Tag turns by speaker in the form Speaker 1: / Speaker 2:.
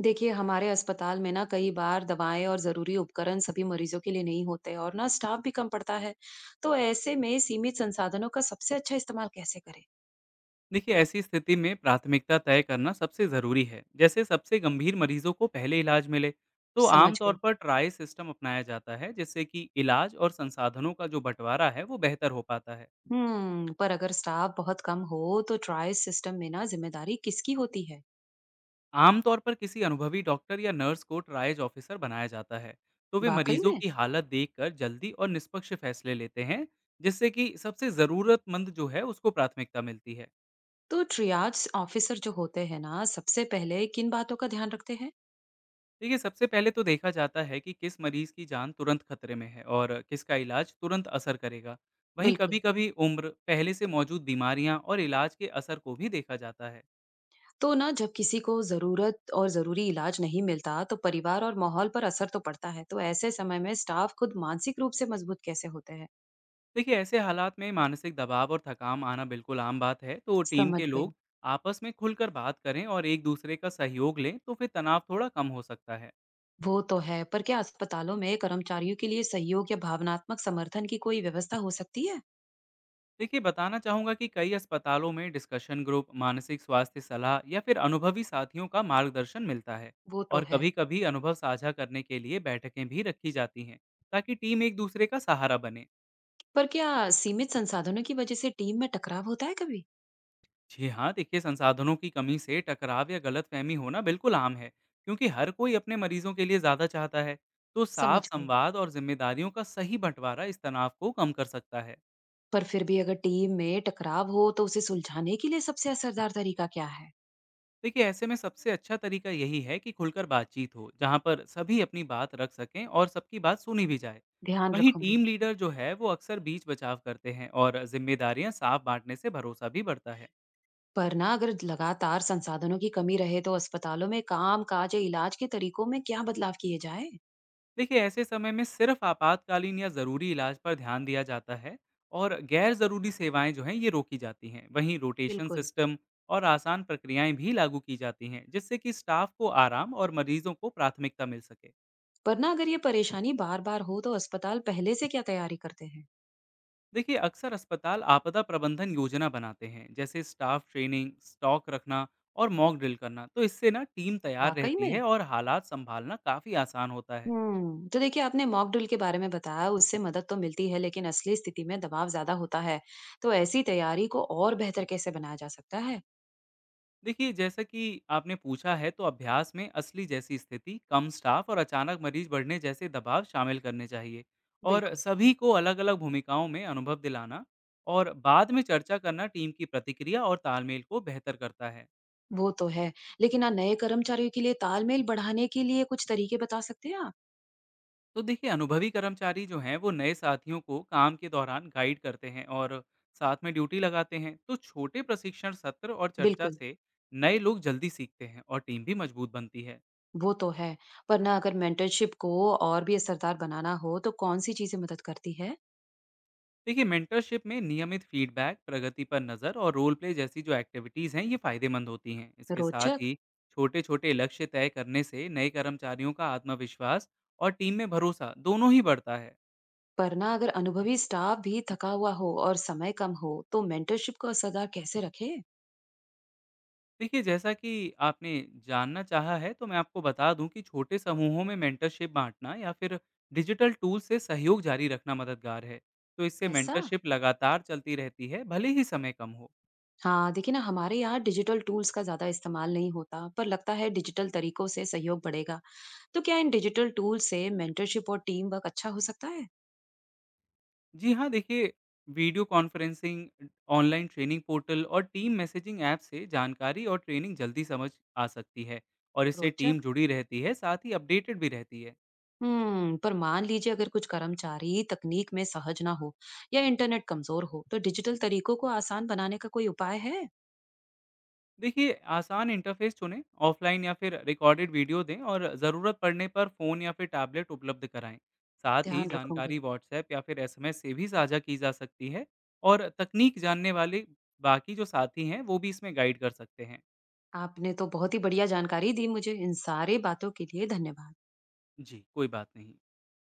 Speaker 1: देखिए हमारे अस्पताल में ना कई बार दवाएं और जरूरी उपकरण सभी मरीजों के लिए नहीं होते और ना स्टाफ भी कम पड़ता है। तो ऐसे में सीमित संसाधनों का सबसे अच्छा इस्तेमाल कैसे करें?
Speaker 2: देखिए, ऐसी स्थिति में प्राथमिकता तय करना सबसे ज़रूरी है। जैसे सबसे गंभीर मरीजों को पहले इलाज मिले, तो
Speaker 1: समझ
Speaker 2: आमतौर
Speaker 1: गई।
Speaker 2: पर ट्राई सिस्टम अपनाया जाता है, जिससे कि इलाज और संसाधनों का जो बंटवारा है वो बेहतर हो पाता है।
Speaker 1: पर अगर स्टाफ बहुत कम हो तो ट्रायज सिस्टम में ना जिम्मेदारी किसकी होती है?
Speaker 2: आमतौर पर किसी अनुभवी डॉक्टर या नर्स को ट्राइज ऑफिसर बनाया जाता है, तो वे
Speaker 1: वाकई
Speaker 2: मरीजों
Speaker 1: में।
Speaker 2: की हालत देखकर जल्दी और निष्पक्ष फैसले लेते हैं, जिससे कि सबसे ज़रूरतमंद जो है उसको प्राथमिकता मिलती है।
Speaker 1: तो ट्रियाज ऑफिसर जो होते हैं ना सबसे पहले किन बातों का ध्यान रखते हैं?
Speaker 2: देखिए, सबसे पहले तो देखा जाता है कि किस मरीज़ की जान तुरंत खतरे में है और किसका इलाज तुरंत असर करेगा। वहीं
Speaker 1: बिल्कुल।
Speaker 2: कभी-कभी उम्र, पहले से मौजूद बीमारियां और इलाज के असर को भी देखा जाता है।
Speaker 1: तो ना जब किसी को जरूरत और जरूरी इलाज नहीं मिलता तो परिवार और माहौल पर असर तो पड़ता है। तो ऐसे समय में स्टाफ खुद मानसिक रूप से मजबूत कैसे होते हैं?
Speaker 2: देखिए, ऐसे हालात में मानसिक दबाव और थकान आना बिल्कुल आम बात है, तो टीम
Speaker 1: समझ
Speaker 2: के
Speaker 1: गई।
Speaker 2: लोग आपस में खुलकर बात करें और एक दूसरे का सहयोग लें, तो फिर तनाव थोड़ा कम हो सकता है।
Speaker 1: वो तो है। पर क्या अस्पतालों में कर्मचारियों के लिए सहयोग या भावनात्मक समर्थन की कोई व्यवस्था हो सकती है?
Speaker 2: देखिए, बताना चाहूँगा कि कई अस्पतालों में डिस्कशन ग्रुप, मानसिक स्वास्थ्य सलाह या फिर अनुभवी साथियों का मार्गदर्शन मिलता है।
Speaker 1: वो तो
Speaker 2: और
Speaker 1: है।
Speaker 2: कभी-कभी अनुभव साझा करने के लिए बैठकें भी रखी जाती हैं, ताकि टीम एक दूसरे का सहारा बने।
Speaker 1: पर क्या सीमित संसाधनों की वजह से टीम में टकराव होता है कभी?
Speaker 2: जी हाँ, देखिए, संसाधनों की कमी से टकराव या गलतफहमी होना बिल्कुल आम है, क्योंकि हर कोई अपने मरीजों के लिए ज़्यादा चाहता है। तो साफ
Speaker 1: समझ गई।
Speaker 2: संवाद और जिम्मेदारियों का सही बंटवारा इस तनाव को कम कर सकता है।
Speaker 1: पर फिर भी अगर टीम में टकराव हो तो उसे सुलझाने के लिए सबसे असरदार तरीका क्या है?
Speaker 2: देखिए, ऐसे में सबसे अच्छा तरीका यही है कि खुलकर बातचीत हो, जहाँ पर सभी अपनी बात रख सकें और सबकी बात सुनी भी जाए।
Speaker 1: ध्यान
Speaker 2: वहीं
Speaker 1: रखूंगी।
Speaker 2: टीम लीडर जो है वो अक्सर बीच बचाव करते हैं, और जिम्मेदारियां साफ बांटने से भरोसा भी बढ़ता है।
Speaker 1: पर ना अगर लगातार संसाधनों की कमी रहे तो अस्पतालों में काम काज या इलाज के तरीकों में क्या बदलाव किए जाए?
Speaker 2: देखिए, ऐसे समय में सिर्फ आपातकालीन या ज़रूरी इलाज पर ध्यान दिया जाता है, और गैर ज़रूरी सेवाएं जो हैं ये रोकी जाती हैं। वहीं रोटेशन
Speaker 1: बिल्कुल।
Speaker 2: सिस्टम और आसान प्रक्रियाएं भी लागू की जाती हैं, जिससे कि स्टाफ को आराम और मरीजों को प्राथमिकता मिल सके।
Speaker 1: पर ना अगर ये परेशानी बार बार हो तो अस्पताल पहले से क्या तैयारी करते हैं?
Speaker 2: देखिए, अक्सर अस्पताल आपदा प्रबंधन योजना बनाते हैं, जैसे स्टाफ ट्रेनिंग, स्टॉक रखना और मॉक ड्रिल करना। तो इससे ना टीम तैयार
Speaker 1: वाकई
Speaker 2: रहती
Speaker 1: में।
Speaker 2: है और हालात संभालना काफ़ी आसान होता है।
Speaker 1: तो देखिए आपने मॉक ड्रिल के बारे में बताया उससे मदद तो मिलती है लेकिन असली स्थिति में दबाव ज्यादा होता है। तो ऐसी तैयारी को और बेहतर कैसे बनाया जा सकता है?
Speaker 2: देखिए, जैसा कि आपने पूछा है, तो अभ्यास में असली जैसी स्थिति, कम स्टाफ और अचानक मरीज बढ़ने जैसे दबाव शामिल करने चाहिए। और
Speaker 1: बिल्कुल।
Speaker 2: सभी को अलग अलग भूमिकाओं में अनुभव दिलाना और बाद में चर्चा करना टीम की प्रतिक्रिया और तालमेल को बेहतर करता है।
Speaker 1: वो तो है। लेकिन ना नए कर्मचारियों के लिए तालमेल बढ़ाने के लिए कुछ तरीके बता सकते हैं आप?
Speaker 2: तो देखिए, अनुभवी कर्मचारी जो हैं वो नए साथियों को काम के दौरान गाइड करते हैं और साथ में ड्यूटी लगाते हैं। तो छोटे प्रशिक्षण सत्र और चर्चा
Speaker 1: बिल्कुल।
Speaker 2: से नए लोग जल्दी सीखते हैं और टीम भी मजबूत बनती है।
Speaker 1: वो तो है। पर ना अगर मेंटरशिप को और भी असरदार बनाना हो तो कौन-सी चीज़ें मदद करती है?
Speaker 2: देखिए, मेंटरशिप में नियमित फीडबैक, प्रगति पर नज़र और रोल प्ले जैसी जो एक्टिविटीज़ हैं ये फायदेमंद होती हैं। इसके साथ
Speaker 1: रोचक।
Speaker 2: ही छोटे छोटे लक्ष्य तय करने से नए कर्मचारियों का आत्मविश्वास और टीम में भरोसा दोनों ही बढ़ता है।
Speaker 1: पर ना अगर अनुभवी स्टाफ भी थका हुआ हो और समय कम हो तो मेंटरशिप को असरदार कैसे रखे?
Speaker 2: देखिए, जैसा कि आपने जानना चाहा है, तो मैं आपको बता दूँ कि छोटे समूहों में मेंटरशिप बाँटना या फिर डिजिटल टूल से सहयोग जारी रखना मददगार है। तो इससे
Speaker 1: ऐसा?
Speaker 2: मेंटरशिप लगातार चलती रहती है, भले ही समय कम हो।
Speaker 1: हाँ, देखिए ना हमारे यहाँ डिजिटल टूल्स का ज़्यादा इस्तेमाल नहीं होता, पर लगता है डिजिटल तरीकों से सहयोग बढ़ेगा। तो क्या इन डिजिटल टूल से मेंटरशिप और टीम वर्क अच्छा हो सकता है?
Speaker 2: जी हाँ, देखिए, video conferencing, online training portal और टीम मैसेजिंग ऐप से जानकारी और ट्रेनिंग जल्दी समझ आ सकती है। और इससे
Speaker 1: रोचक।
Speaker 2: टीम जुड़ी रहती है, साथ ही अपडेटेड भी रहती है।
Speaker 1: पर मान लीजिए अगर कुछ कर्मचारी तकनीक में सहज ना हो या इंटरनेट कमजोर हो तो डिजिटल तरीकों को आसान बनाने का कोई उपाय है?
Speaker 2: देखिए, आसान इंटरफेस चुनें, ऑफलाइन या फिर रिकॉर्डेड वीडियो दें और ज़रूरत पड़ने पर फ़ोन या फिर टैबलेट उपलब्ध कराएं। साथ ही
Speaker 1: ध्यान रखूंगी।
Speaker 2: जानकारी व्हाट्सएप या फिर एसएमएस से भी साझा की जा सकती है। और तकनीक जानने वाले बाकी जो साथी हैं वो भी इसमें गाइड कर सकते हैं।
Speaker 1: आपने तो बहुत ही बढ़िया जानकारी दी मुझे। इन सारे बातों के लिए धन्यवाद।
Speaker 2: जी, कोई बात नहीं।